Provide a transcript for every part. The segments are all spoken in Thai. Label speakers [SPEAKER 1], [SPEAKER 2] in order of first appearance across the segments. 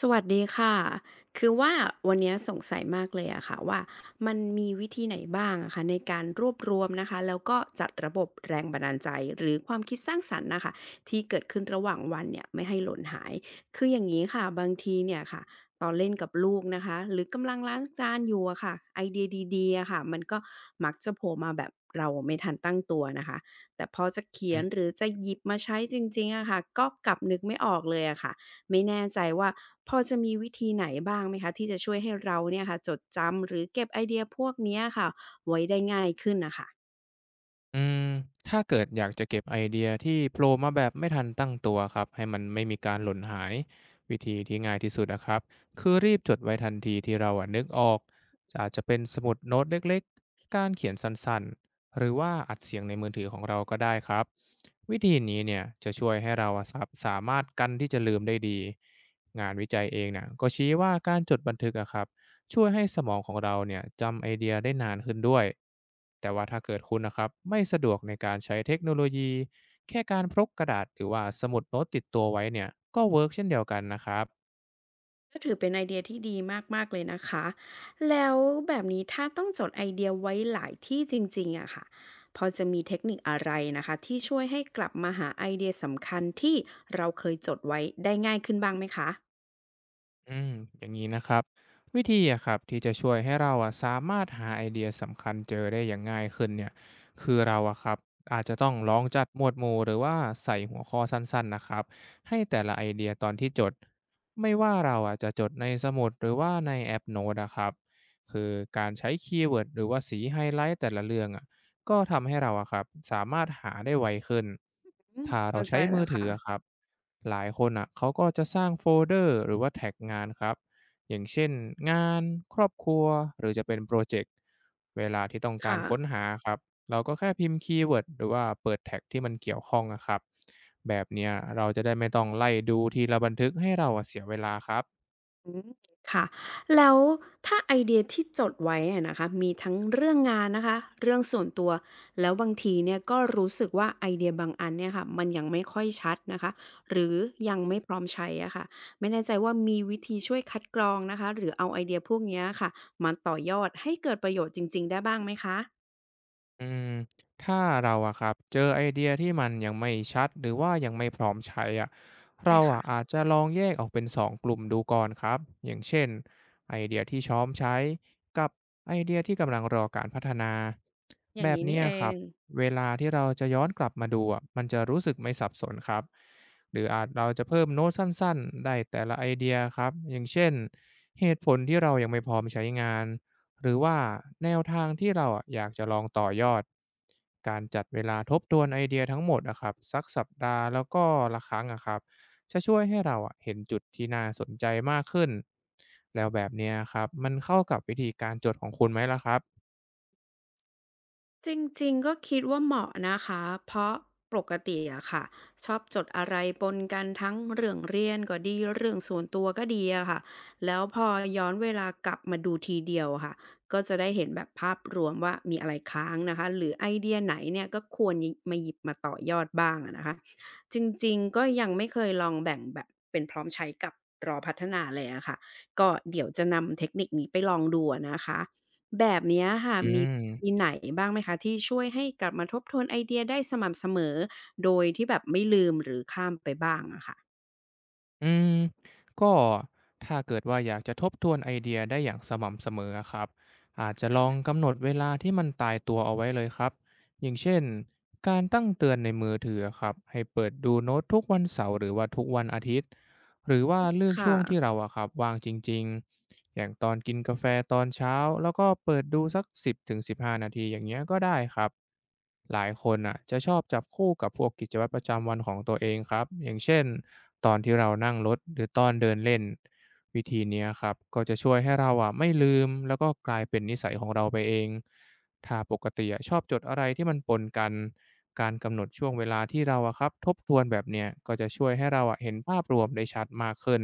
[SPEAKER 1] สวัสดีค่ะคือว่าวันเนี้ยสงสัยมากเลยอะค่ะว่ามันมีวิธีไหนบ้างอะคะในการรวบรวมนะคะแล้วก็จัดระบบแรงบันดาลใจหรือความคิดสร้างสรรค์น่ะคะที่เกิดขึ้นระหว่างวันเนี่ยไม่ให้หล่นหายคืออย่างนี้ค่ะบางทีเนี่ยค่ะตอนเล่นกับลูกนะคะหรือกำลังล้างจานอยู่อะค่ะไอเดียดีๆอะค่ะมันก็มักจะโผล่มาแบบเราไม่ทันตั้งตัวนะคะแต่พอจะเขี
[SPEAKER 2] อื
[SPEAKER 1] ยนห
[SPEAKER 2] ม
[SPEAKER 1] รือจะหยิบมาใช้จริงๆอะค่ะก็กลับนึกไม่ออกเลยอะค่ะ ไม่แน่ใจว่าพอจะมีวิธีไหนบ้างไหมคะที่จะช่วยให้เราเนี่ยค่ะจดจำหรือเก็บไอเดียพวกเนี้ยค่ะไว้ได้ง่ายขึ้นน่ะค่ะ
[SPEAKER 2] อืมถ้าเกิดอยากจะเก็บไอเดียที่โผล่มาแบบไม่ทันตั้งตัวครับให้มันไม่มีการหล่นหายวิธีที่ง่ายที่สุดนะครับคือรีบจดไว้ทันทีที่เราอะนึกออกอาจจะเป็นสมุดโน้ตเล็กๆการเขียนสั้นๆหรือว่าอัดเสียงในมือถือของเราก็ได้ครับวิธีนี้เนี่ยจะช่วยให้เราอะสามารถกันที่จะลืมได้ดีงานวิจัยเองเนี่ยก็ชี้ว่าการจดบันทึกอะครับ ช่วยให้สมองของเราเนี่ยจำไอเดียได้นานขึ้นด้วย แต่ว่าถ้าเกิดคุณนะครับไม่สะดวกในการใช้เทคโนโลยีแค่การพกกระดาษหรือว่าสมุดโน้ตติดตัวไว้เนี่ยก็เวิร์กเช่นเดียวกันนะครับ
[SPEAKER 1] ก็ถือเป็นไอเดียที่ดีมากๆเลยนะคะแล้วแบบนี้ถ้าต้องจดไอเดียไว้หลายที่จริงๆอะค่ะพอจะมีเทคนิคอะไรนะคะที่ช่วยให้กลับมาหาไอเดียสำคัญที่เราเคยจดไว้ได้ง่ายขึ้นบ้างไหมคะ
[SPEAKER 2] อืมอย่างนี้นะครับวิธีอะครับที่จะช่วยให้เราอะสามารถหาไอเดียสำคัญเจอได้อย่างง่ายขึ้นเนี่ยคือเราอะครับอาจจะต้องลองจัดหมวดหมู่หรือว่าใส่หัวข้อสั้นๆนะครับให้แต่ละไอเดียตอนที่จดไม่ว่าเราอะจะจดในสมุดหรือว่าในแอปโน้ตอะครับคือการใช้คีย์เวิร์ดหรือว่าสีไฮไลท์แต่ละเรื่องอะ ก็ทำให้เราอะครับสามารถหาได้ไวขึ้น
[SPEAKER 1] อืม
[SPEAKER 2] ถ้าเรา
[SPEAKER 1] เข้าใจ
[SPEAKER 2] ใช้มื
[SPEAKER 1] แล้
[SPEAKER 2] อ
[SPEAKER 1] ว
[SPEAKER 2] ถืออะค
[SPEAKER 1] ค่ะ
[SPEAKER 2] รับหลายคนอะเขาก็จะสร้างโฟลเดอร์หรือว่าแท็กงานครับอย่างเช่นงานครอบครัวหรือจะเป็นโปรเจกต์เวลาที่ต้องการ
[SPEAKER 1] ค่ะ
[SPEAKER 2] ค้นหาครับเราก็แค่พิมพ์คีย์เวิร์ดหรือว่าเปิดแท็กที่มันเกี่ยวข้องนะครับแบบเนี้ยเราจะได้ไม่ต้องไล่ดูทีละบันทึกให้เราอะเสียเวลาครับ
[SPEAKER 1] อืมค่ะแล้วถ้าไอเดียที่จดไว้อะนะคะมีทั้งเรื่องงานนะคะเรื่องส่วนตัวแล้วบางทีเนี่ยก็รู้สึกว่าไอเดียบางอันเนี่ยค่ะมันยังไม่ค่อยชัดนะคะหรือยังไม่พร้อมใช้อะค่ะไม่แน่ใจว่ามีวิธีช่วยคัดกรองนะคะหรือเอาไอเดียพวกเนี้ยค่ะมาต่อยอดให้เกิดประโยชน์จริงๆได้บ้างไหมคะ
[SPEAKER 2] อืมถ้าเราอะครับเจอไอเดียที่มันยังไม่ชัดหรือว่ายังไม่พร้อมใช้อะ
[SPEAKER 1] ใช่
[SPEAKER 2] เรา
[SPEAKER 1] ค่ะ
[SPEAKER 2] อะอาจจะลองแยกออกเป็น2กลุ่มดูก่อนครับอย่างเช่นไอเดียที่ช้อมใช้กับไอเดียที่กำลังรอการพัฒนา
[SPEAKER 1] อ
[SPEAKER 2] แบ
[SPEAKER 1] ย่าง
[SPEAKER 2] บ
[SPEAKER 1] นี้
[SPEAKER 2] เนี้
[SPEAKER 1] นี่
[SPEAKER 2] ย
[SPEAKER 1] เอ
[SPEAKER 2] ครับ
[SPEAKER 1] ง
[SPEAKER 2] เวลาที่เราจะย้อนกลับมาดูอะมันจะรู้สึกไม่สับสนครับหรืออาจเราจะเพิ่มโน้ตสั้นๆได้แต่ละไอเดียครับอย่างเช่นเหตุผลที่เรายังไม่พร้อมใช้งาน หรือว่าแนวทางที่เราอะอยากจะลองต่อยอดการจัดเวลาทบทวนไอเดียทั้งหมดนะครับสักสัปดาห์แล้วก็ละครั้งอะครับจะช่วยให้เราอะเห็นจุดที่น่าสนใจมากขึ้นแล้วแบบเนี้ยครับมันเข้ากับวิธีการจดของคุณไหมล่ะครับ
[SPEAKER 1] จริงๆก็คิดว่าเหมาะนะคะเพราะปกติอะค่ะชอบจดอะไรปนกันทั้งเรื่องเรียนก็ดีเรื่องส่วนตัวก็ดีอะค่ะแล้วพอย้อนเวลากลับมาดูทีเดียวอะค่ะก็จะได้เห็นแบบภาพรวมว่ามีอะไรค้างนะคะหรือไอเดียไหนเนี่ยก็ควรหยิบมาต่อยอดบ้างอะนะคะจริงๆก็ยังไม่เคยลองแบ่งแบบเป็นพร้อมใช้กับรอพัฒนาเลยอะค่ะก็เดี๋ยวจะนำเทคนิคนี้ไปลองดูอะนะคะ แบบเนี้ยค่ะ
[SPEAKER 2] อื
[SPEAKER 1] มี
[SPEAKER 2] ม
[SPEAKER 1] มีไหนบ้างไหมคะที่ช่วยให้กลับมาทบทวนไอเดียได้สม่ำเสมอโดยที่แบบไม่ลืมหรือข้ามไปบ้างอะค่ะ
[SPEAKER 2] อืมก็ถ้าเกิดว่าอยากจะทบทวนไอเดียได้อย่างสม่ำเสมอครับอาจจะลองกำหนดเวลาที่มันตายตัวเอาไว้เลยครับอย่างเช่นการตั้งเตือนในมือถือครับให้เปิดดูโน้ตทุกวันเสาร์หรือว่าทุกวันอาทิตย์ หรือว่าเลือ
[SPEAKER 1] ค
[SPEAKER 2] กช่วงที่
[SPEAKER 1] ่ะ
[SPEAKER 2] เราอะครับว่างจริงๆอย่างตอนกินกาแฟตอนเช้าแล้วก็เปิดดูสัก10-15นาทีอย่างเงี้ยก็ได้ครับหลายคนอะจะชอบจับคู่กับพวกกิจวัตรประจำวันของตัวเองครับอย่างเช่นตอนที่เรานั่งรถหรือตอนเดินเล่นวิธีเนี้ยครับก็จะช่วยให้เราอะไม่ลืมแล้วก็กลายเป็นนิสัยของเราไปเอง ถ้าปกติอะชอบจดอะไรที่มันปนกัน การกำหนดช่วงเวลาที่เราอะครับทบทวนแบบเนี้ยก็จะช่วยให้เราอะเห็นภาพรวมได้ชัดมากขึ้น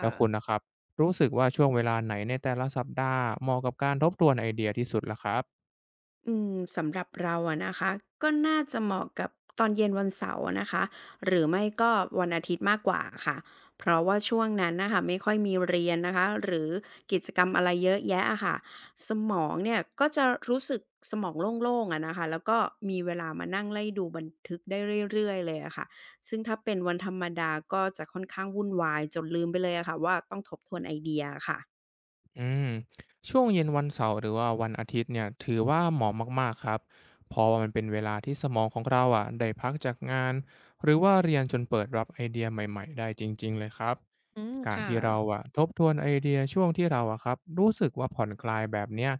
[SPEAKER 2] แล้
[SPEAKER 1] ะ
[SPEAKER 2] วคุณนะครับรู้สึกว่าช่วงเวลาไหนในแต่ละสัปดาห์เหมาะกับการทบทวนไอเดียที่สุดล่ะครับ
[SPEAKER 1] อืมสำหรับเราอะนะคะก็น่าจะเหมาะกับตอนเย็นวันเสาร์อะนะคะหรือไม่ก็วันอาทิตย์มากกว่าค่ะเพราะว่าช่วงนั้นนะคะไม่ค่อยมีเรียนนะคะหรือกิจกรรมอะไรเยอะแยะอะค่ะสมองเนี่ยก็จะรู้สึกสมองโล่งๆอะนะคะแล้วก็มีเวลามานั่งไล่ดูบันทึกได้เรื่อยๆเลยอะค่ะซึ่งถ้าเป็นวันธรรมดาก็จะค่อนข้างวุ่นวายจนลืมไปเลยอะค่ะว่าต้องทบทวนไอเดียอค่ะ
[SPEAKER 2] อืมช่วงเย็นวันเสาร์หรือว่าวันอาทิตย์เนี่ยถือว่าเหมาะมากๆครับเพราะว่ามันเป็นเวลาที่สมองของเราอ่ะได้พักจากงานหรือว่าเรียนจนเปิดรับไอเดียใหม่ๆได้จริงๆเลยครับ
[SPEAKER 1] อืม
[SPEAKER 2] การ
[SPEAKER 1] ค่ะ
[SPEAKER 2] ที่เราอ่ะทบทวนไอเดียช่วงที่เราอ่ะครับรู้สึกว่าผ่อนคลายแบบเนี้ย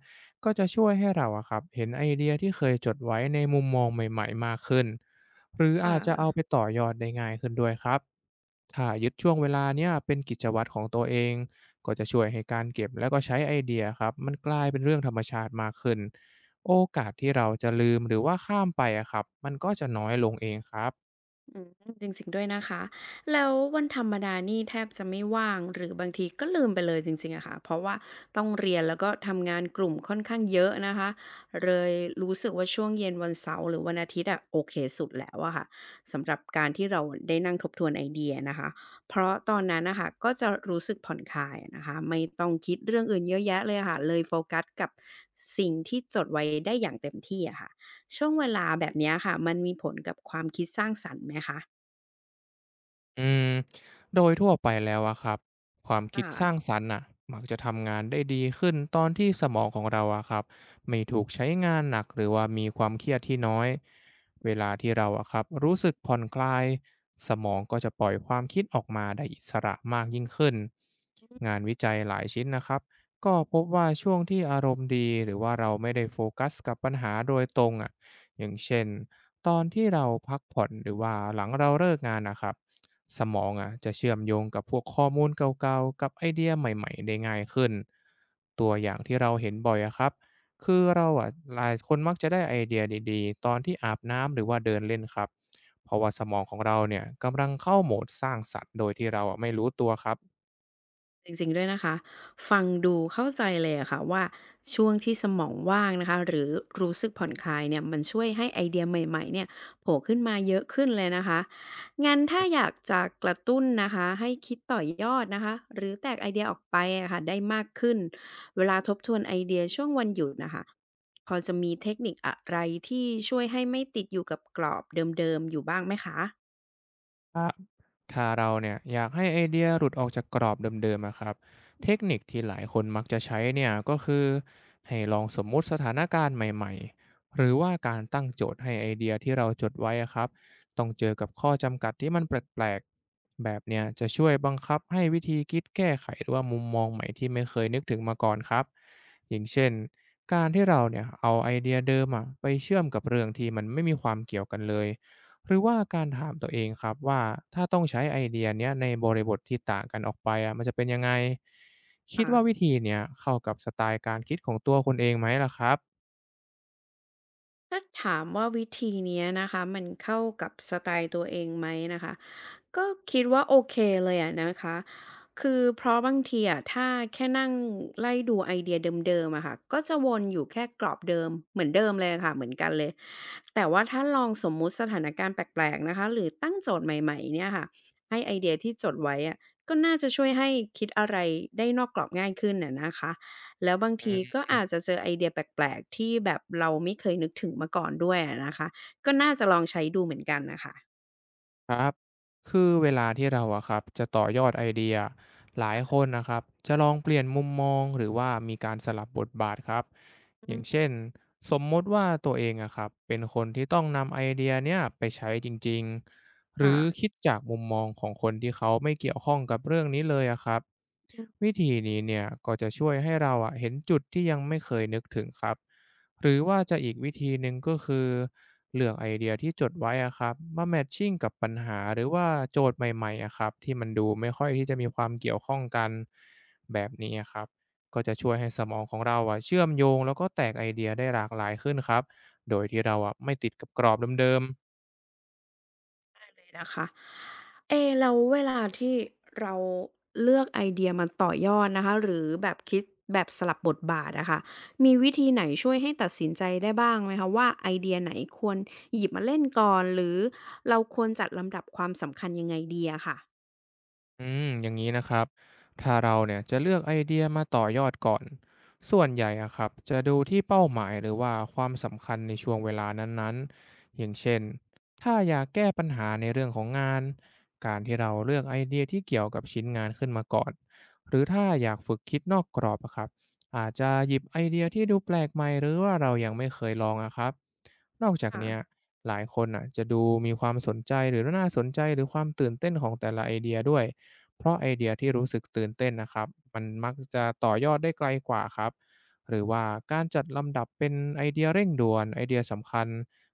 [SPEAKER 2] ก็จะช่วยให้เราอ่ะครับเห็นไอเดียที่เคยจดไว้ในมุมมองใหม่ๆมากขึ้น หรือ
[SPEAKER 1] ค
[SPEAKER 2] อาจจะเอา
[SPEAKER 1] ่ะ
[SPEAKER 2] ไปต่อยอดได้ง่ายขึ้นด้วยครับถ้ายึดช่วงเวลาเนี่ยเป็นกิจวัตรของตัวเองก็จะช่วยให้การเก็บแล้วก็ใช้ไอเดียครับมันกลายเป็นเรื่องธรรมชาติมากขึ้นโอกาสที่เราจะลืมหรือว่าข้ามไปอะครับมันก็จะน้อยลงเองครับ
[SPEAKER 1] อืมจริงๆด้วยนะคะแล้ววันธรรมดานี่แทบจะไม่ว่างหรือบางทีก็ลืมไปเลยจริงๆอะค่ะเพราะว่าต้องเรียนแล้วก็ทำงานกลุ่มค่อนข้างเยอะนะคะเลยรู้สึกว่าช่วงเย็นวันเสาร์หรือวันอาทิตย์อะโอเคสุดแล้วอะค่ะสำหรับการที่เราได้นั่งทบทวนไอเดียนะคะเพราะตอนนั้นนะคะก็จะรู้สึกผ่อนคลายนะคะไม่ต้องคิดเรื่องอื่นเยอะแยะเลยค่ะเลยโฟกัสกับสิ่งที่จดไว้ได้อย่างเต็มที่อะค่ะ ช่วงเวลาแบบเนี้ยค่ะมันมีผลกับความคิดสร้างสรรค์ไหมคะ
[SPEAKER 2] อืมโดยทั่วไปแล้วอะครับ ความคิด
[SPEAKER 1] ค่ะ
[SPEAKER 2] สร้างสรรค์น่ะมักจะทำงานได้ดีขึ้นตอนที่สมองของเราอะครับไม่ถูกใช้งานหนักหรือว่ามีความเครียดที่น้อยเวลาที่เราอะครับรู้สึกผ่อนคลายสมองก็จะปล่อยความคิดออกมาได้อิสระมากยิ่งขึ้นงานวิจัยหลายชิ้นนะครับก็พบว่าช่วงที่อารมณ์ดีหรือว่าเราไม่ได้โฟกัสกับปัญหาโดยตรงอะอย่างเช่นตอนที่เราพักผ่อนหรือว่าหลังเราเลิกงานนะครับ สมองอะจะเชื่อมโยงกับพวกข้อมูลเก่าๆกับไอเดียใหม่ๆได้ง่ายขึ้นตัวอย่างที่เราเห็นบ่อยอะครับคือเราอ่ะหลายคนมักจะได้ไอเดียดีๆตอนที่อาบน้ำหรือว่าเดินเล่นครับเพราะว่าสมองของเราเนี่ยกำลังเข้าโหมดสร้างสรรค์โดยที่เราอะไม่รู้ตัวครั
[SPEAKER 1] จริงๆด้วยนะคะฟังดูเข้าใจเลยอะค่ะว่าช่วงที่สมองว่างนะคะหรือรู้สึกผ่อนคลายเนี่ยมันช่วยให้ไอเดียใหม่ๆเนี่ยโผล่ขึ้นมาเยอะขึ้นเลยนะคะงั้นถ้าอยากจะกระตุ้นนะคะให้คิดต่อยอดนะคะหรือแตกไอเดียออกไปอะค่ะได้มากขึ้นเวลาทบทวนไอเดียช่วงวันหยุดน่ะค่ะพอจะมีเทคนิคอะไรที่ช่วยให้ไม่ติดอยู่กับกรอบเดิมๆอยู่บ้างไหมคะ
[SPEAKER 2] บ ถ้าเราเนี่ยอยากให้ไอเดียหลุดออกจากกรอบเดิมๆอะครับเทคนิคที่หลายคนมักจะใช้เนี่ยก็คือให้ลองสมมุติสถานการณ์ใหม่ๆหรือว่าการตั้งโจทย์ให้ไอเดียที่เราจดไว้อะครับต้องเจอกับข้อจำกัดที่มันแปลกๆแบบเนี่ยจะช่วยบังคับให้วิธีคิดแก้ไขหรือว่ามุมมองใหม่ที่ไม่เคยนึกถึงมาก่อนครับอย่างเช่นการที่เราเนี่ยเอาไอเดียเดิมอะไปเชื่อมกับเรื่องที่มันไม่มีความเกี่ยวกันเลย หรือว่าการถามตัวเองครับว่าถ้าต้องใช้ไอเดียเนี้ยในบริบทที่ต่างกันออกไปอะมันจะเป็นยังไงคิด
[SPEAKER 1] ค่ะ
[SPEAKER 2] ว่าวิธีเนี้ยเข้ากับสไตล์การคิดของตัวคนเองไหมล่ะครับ
[SPEAKER 1] ถ้าถามว่าวิธีเนี้ยนะคะมันเข้ากับสไตล์ตัวเองไหมนะคะ ก็คิดว่าโอเคเลยอะนะคะคือเพราะบางทีอะถ้าแค่นั่งไล่ดูไอเดียเดิมๆอะค่ะก็จะวนอยู่แค่กรอบเดิมเหมือนเดิมเลยค่ะเหมือนกันเลย แต่ว่าถ้าลองสมมุติสถานการณ์แปลกๆนะคะหรือตั้งโจทย์ใหม่ๆเนี่ยค่ะให้ไอเดียที่จดไว้อะก็น่าจะช่วยให้คิดอะไรได้นอกกรอบง่ายขึ้นอะนะคะแล้วบางทีก็อาจจะเจอไอเดียแปลกๆที่แบบเราไม่เคยนึกถึงมาก่อนด้วยอะนะคะก็น่าจะลองใช้ดูเหมือนกันนะคะ
[SPEAKER 2] ครับคือเวลาที่เราอะครับจะต่อยอดไอเดียหลายคนนะครับจะลองเปลี่ยนมุมมองหรือว่ามีการสลับบทบาทครับอ
[SPEAKER 1] อื
[SPEAKER 2] ย่างเช่น
[SPEAKER 1] ม
[SPEAKER 2] สมมติว่าตัวเองอะครับเป็นคนที่ต้องนำไอเดียเนี่ยไปใช้จริงๆหรือ
[SPEAKER 1] ค่ะ
[SPEAKER 2] คิดจากมุมมองของคนที่เขาไม่เกี่ยวข้องกับเรื่องนี้เลยอะครับวิธีนี้เนี่ยก็จะช่วยให้เราอะเห็นจุดที่ยังไม่เคยนึกถึงครับ หรือว่าจะอีกวิธีหนึ่งก็คือเลือกไอเดียที่จดไว้อะครับมาแมตชิ่งกับปัญหาหรือว่าโจทย์ใหม่ๆอะครับที่มันดูไม่ค่อยที่จะมีความเกี่ยวข้องกันแบบนี้อะครับก็จะช่วยให้สมองของเราอะเชื่อมโยงแล้วก็แตกไอเดียได้หลากหลายขึ้นครับโดยที่เราอะไม่ติดกับกรอบเดิมๆ
[SPEAKER 1] นะคะเอแล้วเวลาที่เราเลือกไอเดียมาต่อยอดนะคะหรือแบบคิดแบบสลับบทบาทอะค่ะมีวิธีไหนช่วยให้ตัดสินใจได้บ้างไหมคะว่าไอเดียไหนควรหยิบมาเล่นก่อนหรือเราควรจัดลำดับความสำคัญยังไงดีอะค่ะ
[SPEAKER 2] อืมอย่างนี้นะครับถ้าเราเนี่ยจะเลือกไอเดียมาต่อยอดก่อนส่วนใหญ่อะครับจะดูที่เป้าหมายหรือว่าความสำคัญในช่วงเวลานั้นๆอย่างเช่นถ้าอยากแก้ปัญหาในเรื่องของงานการที่เราเลือกไอเดียที่เกี่ยวกับชิ้นงานขึ้นมาก่อนหรือถ้าอยากฝึกคิดนอกกรอบอะครับอาจจะหยิบไอเดียที่ดูแปลกใหม่หรือว่าเรายังไม่เคยลองอะครับนอกจาก
[SPEAKER 1] ค่ะ
[SPEAKER 2] เนี้ยหลายคนอ่ะจะดูมีความสนใจหรือน่าสนใจหรือความตื่นเต้นของแต่ละไอเดียด้วย เพราะไอเดียที่รู้สึกตื่นเต้นนะครับมันมักจะต่อยอดได้ไกลกว่าครับหรือว่าการจัดลำดับเป็นไอเดียเร่งด่วนไอเดียสำคัญ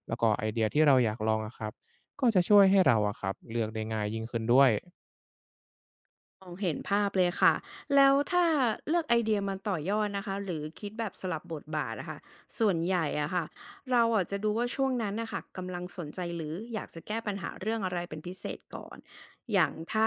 [SPEAKER 2] แล้วก็ไอเดียที่เราอยากลองอะครับก็จะช่วยให้เราอะครับเลือกได้ง่ายยิ่งขึ้นด้วย
[SPEAKER 1] มองเห็นภาพเลยค่ะแล้วถ้าเลือกไอเดียมาต่อยอดนะคะหรือคิดแบบสลับบทบาทนะค่ะส่วนใหญ่อะค่ะเราอะจะดูว่าช่วงนั้นนะคะกำลังสนใจหรืออยากจะแก้ปัญหาเรื่องอะไรเป็นพิเศษก่อนอย่างถ้า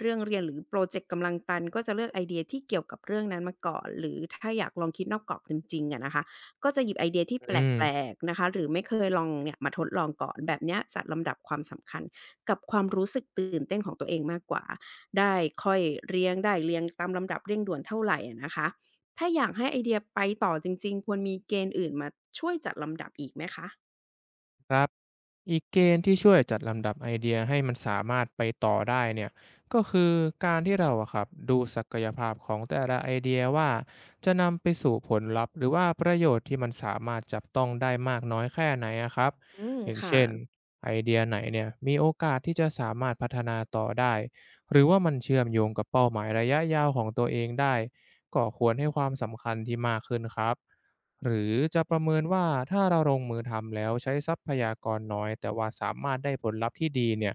[SPEAKER 1] เรื่องเรียนหรือโปรเจกต์กำลังตันก็จะเลือกไอเดียที่เกี่ยวกับเรื่องนั้นมาก่อนหรือถ้าอยากลองคิดนอกกรอบจริงๆอะนะคะก็จะหยิบไอเดียที่แ
[SPEAKER 2] อืม
[SPEAKER 1] ปลกๆนะคะหรือไม่เคยลองเนี่ยมาทดลองก่อนแบบเนี้ยจัดลำดับความสำคัญกับความรู้สึกตื่นเต้นของตัวเองมากกว่า ได้ค่อยเรียงได้เรียงตามลำดับเร่งด่วนเท่าไหรอะนะคะถ้าอยากให้ไอเดียไปต่อจริงๆ ควรมีเกณฑ์อื่นมาช่วยจัดลำดับอีกไหมคะ
[SPEAKER 2] ครับอีกเกณฑ์ที่ช่วยจัดลำดับไอเดียให้มันสามารถไปต่อได้เนี่ยก็คือการที่เราอะครับดูศักยภาพของแต่ละไอเดียว่าจะนำไปสู่ผลลัพธ์หรือว่าประโยชน์ที่มันสามารถจับต้องได้มากน้อยแค่ไหนอะครับ
[SPEAKER 1] อืม
[SPEAKER 2] อย่าง
[SPEAKER 1] ค่ะ
[SPEAKER 2] เช่นไอเดียไหนเนี่ยมีโอกาสที่จะสามารถพัฒนาต่อได้หรือว่ามันเชื่อมโยงกับเป้าหมายระยะยาวของตัวเองได้ก็ควรให้ความสำคัญที่มากขึ้นครับ หรือจะประเมินว่าถ้าเราลงมือทำแล้วใช้ทรัพยากรน้อยแต่ว่าสามารถได้ผลลัพธ์ที่ดีเนี่ย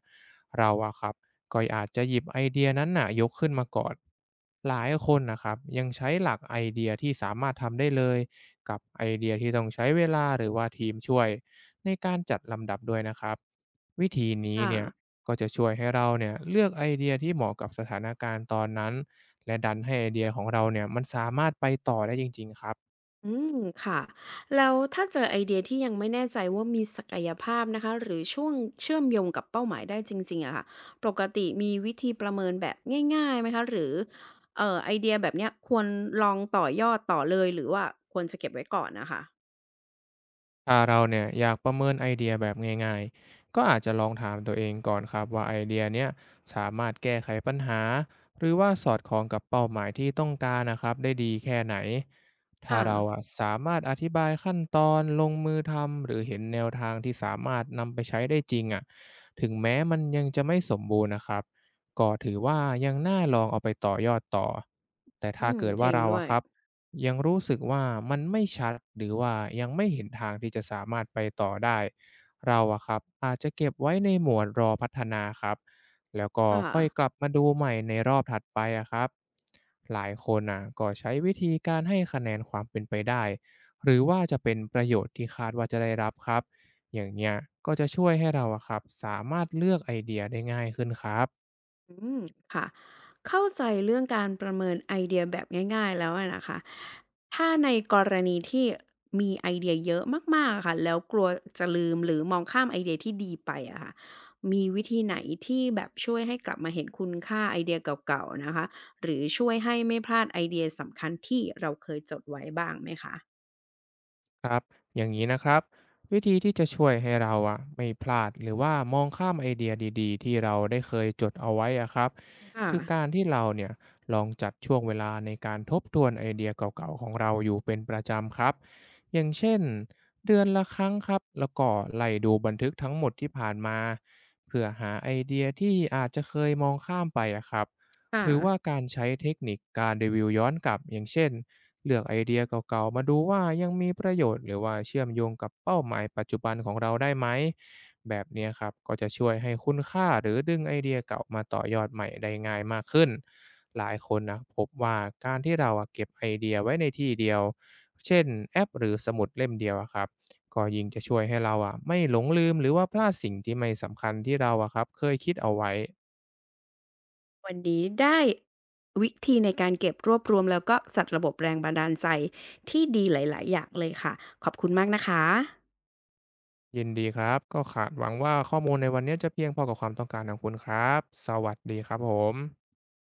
[SPEAKER 2] เราอะครับก็อาจจะหยิบไอเดียนั้นน่ะยกขึ้นมาก่อนหลายคนนะครับยังใช้หลักไอเดียที่สามารถทำได้เลยกับไอเดียที่ต้องใช้เวลาหรือว่าทีมช่วยในการจัดลำดับด้วยนะครับวิธีนี้
[SPEAKER 1] ค่ะ
[SPEAKER 2] เนี่ยก็จะช่วยให้เราเนี่ยเลือกไอเดียที่เหมาะกับสถานการณ์ตอนนั้นและดันให้ไอเดียของเราเนี่ยมันสามารถไปต่อได้จริงๆครับ
[SPEAKER 1] อืมค่ะแล้วถ้าเจอไอเดียที่ยังไม่แน่ใจว่ามีศักยภาพนะคะหรือช่วงเชื่อมโยงกับเป้าหมายได้จริงๆอะค่ะปกติมีวิธีประเมินแบบง่ายๆไหมคะหรือไอเดียแบบเนี้ยควรลองต่อยอดต่อเลยหรือว่าควรจะเก็บไว้ก่อนน่ะค่ะ
[SPEAKER 2] ถ้าเราเนี่ยอยากประเมินไอเดียแบบง่ายๆ ก็อาจจะลองถามตัวเองก่อนครับว่าไอเดียเนี้ยสามารถแก้ไขปัญหาหรือว่าสอดคล้องกับเป้าหมายที่ต้องการนะครับได้ดีแค่ไหนถ้า
[SPEAKER 1] ค่ะ
[SPEAKER 2] เราอะสามารถอธิบายขั้นตอนลงมือทำหรือเห็นแนวทางที่สามารถนำไปใช้ได้จริงอะถึงแม้มันยังจะไม่สมบูรณ์นะครับก็ถือว่ายังน่าลองเอาไปต่อยอดต่อแต่
[SPEAKER 1] อื
[SPEAKER 2] ถ้า
[SPEAKER 1] ม
[SPEAKER 2] เกิด
[SPEAKER 1] จ
[SPEAKER 2] ว่า
[SPEAKER 1] ริง
[SPEAKER 2] เรา
[SPEAKER 1] ด้ว
[SPEAKER 2] อะ
[SPEAKER 1] ย
[SPEAKER 2] ครับ ยังรู้สึกว่ามันไม่ชัดหรือว่ายังไม่เห็นทางที่จะสามารถไปต่อได้เราอะครับอาจจะเก็บไว้ในหมวดรอพัฒนาครับแล้วก็
[SPEAKER 1] ค่ะ
[SPEAKER 2] ค่อยกลับมาดูใหม่ในรอบถัดไปอะครับหลายคนน่ะก็ใช้วิธีการให้คะแนนความเป็นไปได้หรือว่าจะเป็นประโยชน์ที่คาดว่าจะได้รับครับอย่างเนี้ยก็จะช่วยให้เราอะครับสามารถเลือกไอเดียได้ง่ายขึ้นครับ
[SPEAKER 1] อืมค่ะเข้าใจเรื่องการประเมินไอเดียแบบง่ายๆแล้วอะนะคะถ้าในกรณีที่มีไอเดียเยอะมากๆอะค่ะแล้วกลัวจะลืมหรือมองข้ามไอเดียที่ดีไปอะค่ะมีวิธีไหนที่แบบช่วยให้กลับมาเห็นคุณค่าไอเดียเก่าๆนะคะหรือช่วยให้ไม่พลาดไอเดียสำคัญที่เราเคยจดไว้บ้างไหมคะ
[SPEAKER 2] ครับอย่างนี้นะครับวิธีที่จะช่วยให้เราอะไม่พลาดหรือว่ามองข้ามไอเดียดีๆที่เราได้เคยจดเอาไว้อะครับ
[SPEAKER 1] ค่ะ
[SPEAKER 2] คือการที่เราเนี่ยลองจัดช่วงเวลาในการทบทวนไอเดียเก่าๆของเราอยู่เป็นประจำครับอย่างเช่นเดือนละครั้งครับแล้วก็ไล่ดูบันทึกทั้งหมดที่ผ่านมาเพื่อหาไอเดียที่อาจจะเคยมองข้ามไปอะครับ
[SPEAKER 1] ค่ะ
[SPEAKER 2] หรือว่าการใช้เทคนิคการรีวิวย้อนกลับอย่างเช่นเลือกไอเดียเก่าๆมาดูว่ายังมีประโยชน์หรือว่าเชื่อมโยงกับเป้าหมายปัจจุบันของเราได้ไหมแบบเนี้ยครับก็จะช่วยให้คุณค่าหรือดึงไอเดียเก่ามาต่อยอดใหม่ได้ง่ายมากขึ้นหลายคนนะพบว่าการที่เราอะเก็บไอเดียไว้ในที่เดียวเช่นแอปหรือสมุดเล่มเดียวอะครับก็ยิ่งจะช่วยให้เราอะไม่หลงลืมหรือว่าพลาดสิ่งที่ไม่สำคัญที่เราอะครับเคยคิดเอาไว้
[SPEAKER 1] วันนี้ได้วิธีในการเก็บรวบรวมแล้วก็จัดระบบแรงบันดาลใจที่ดีหลายๆอย่างเลยค่ะขอบคุณมากนะคะ
[SPEAKER 2] ยินดีครับก็ขาดหวังว่าข้อมูลในวันนี้จะเพียงพอกับความต้องการของคุณครับสวัสดีครับผม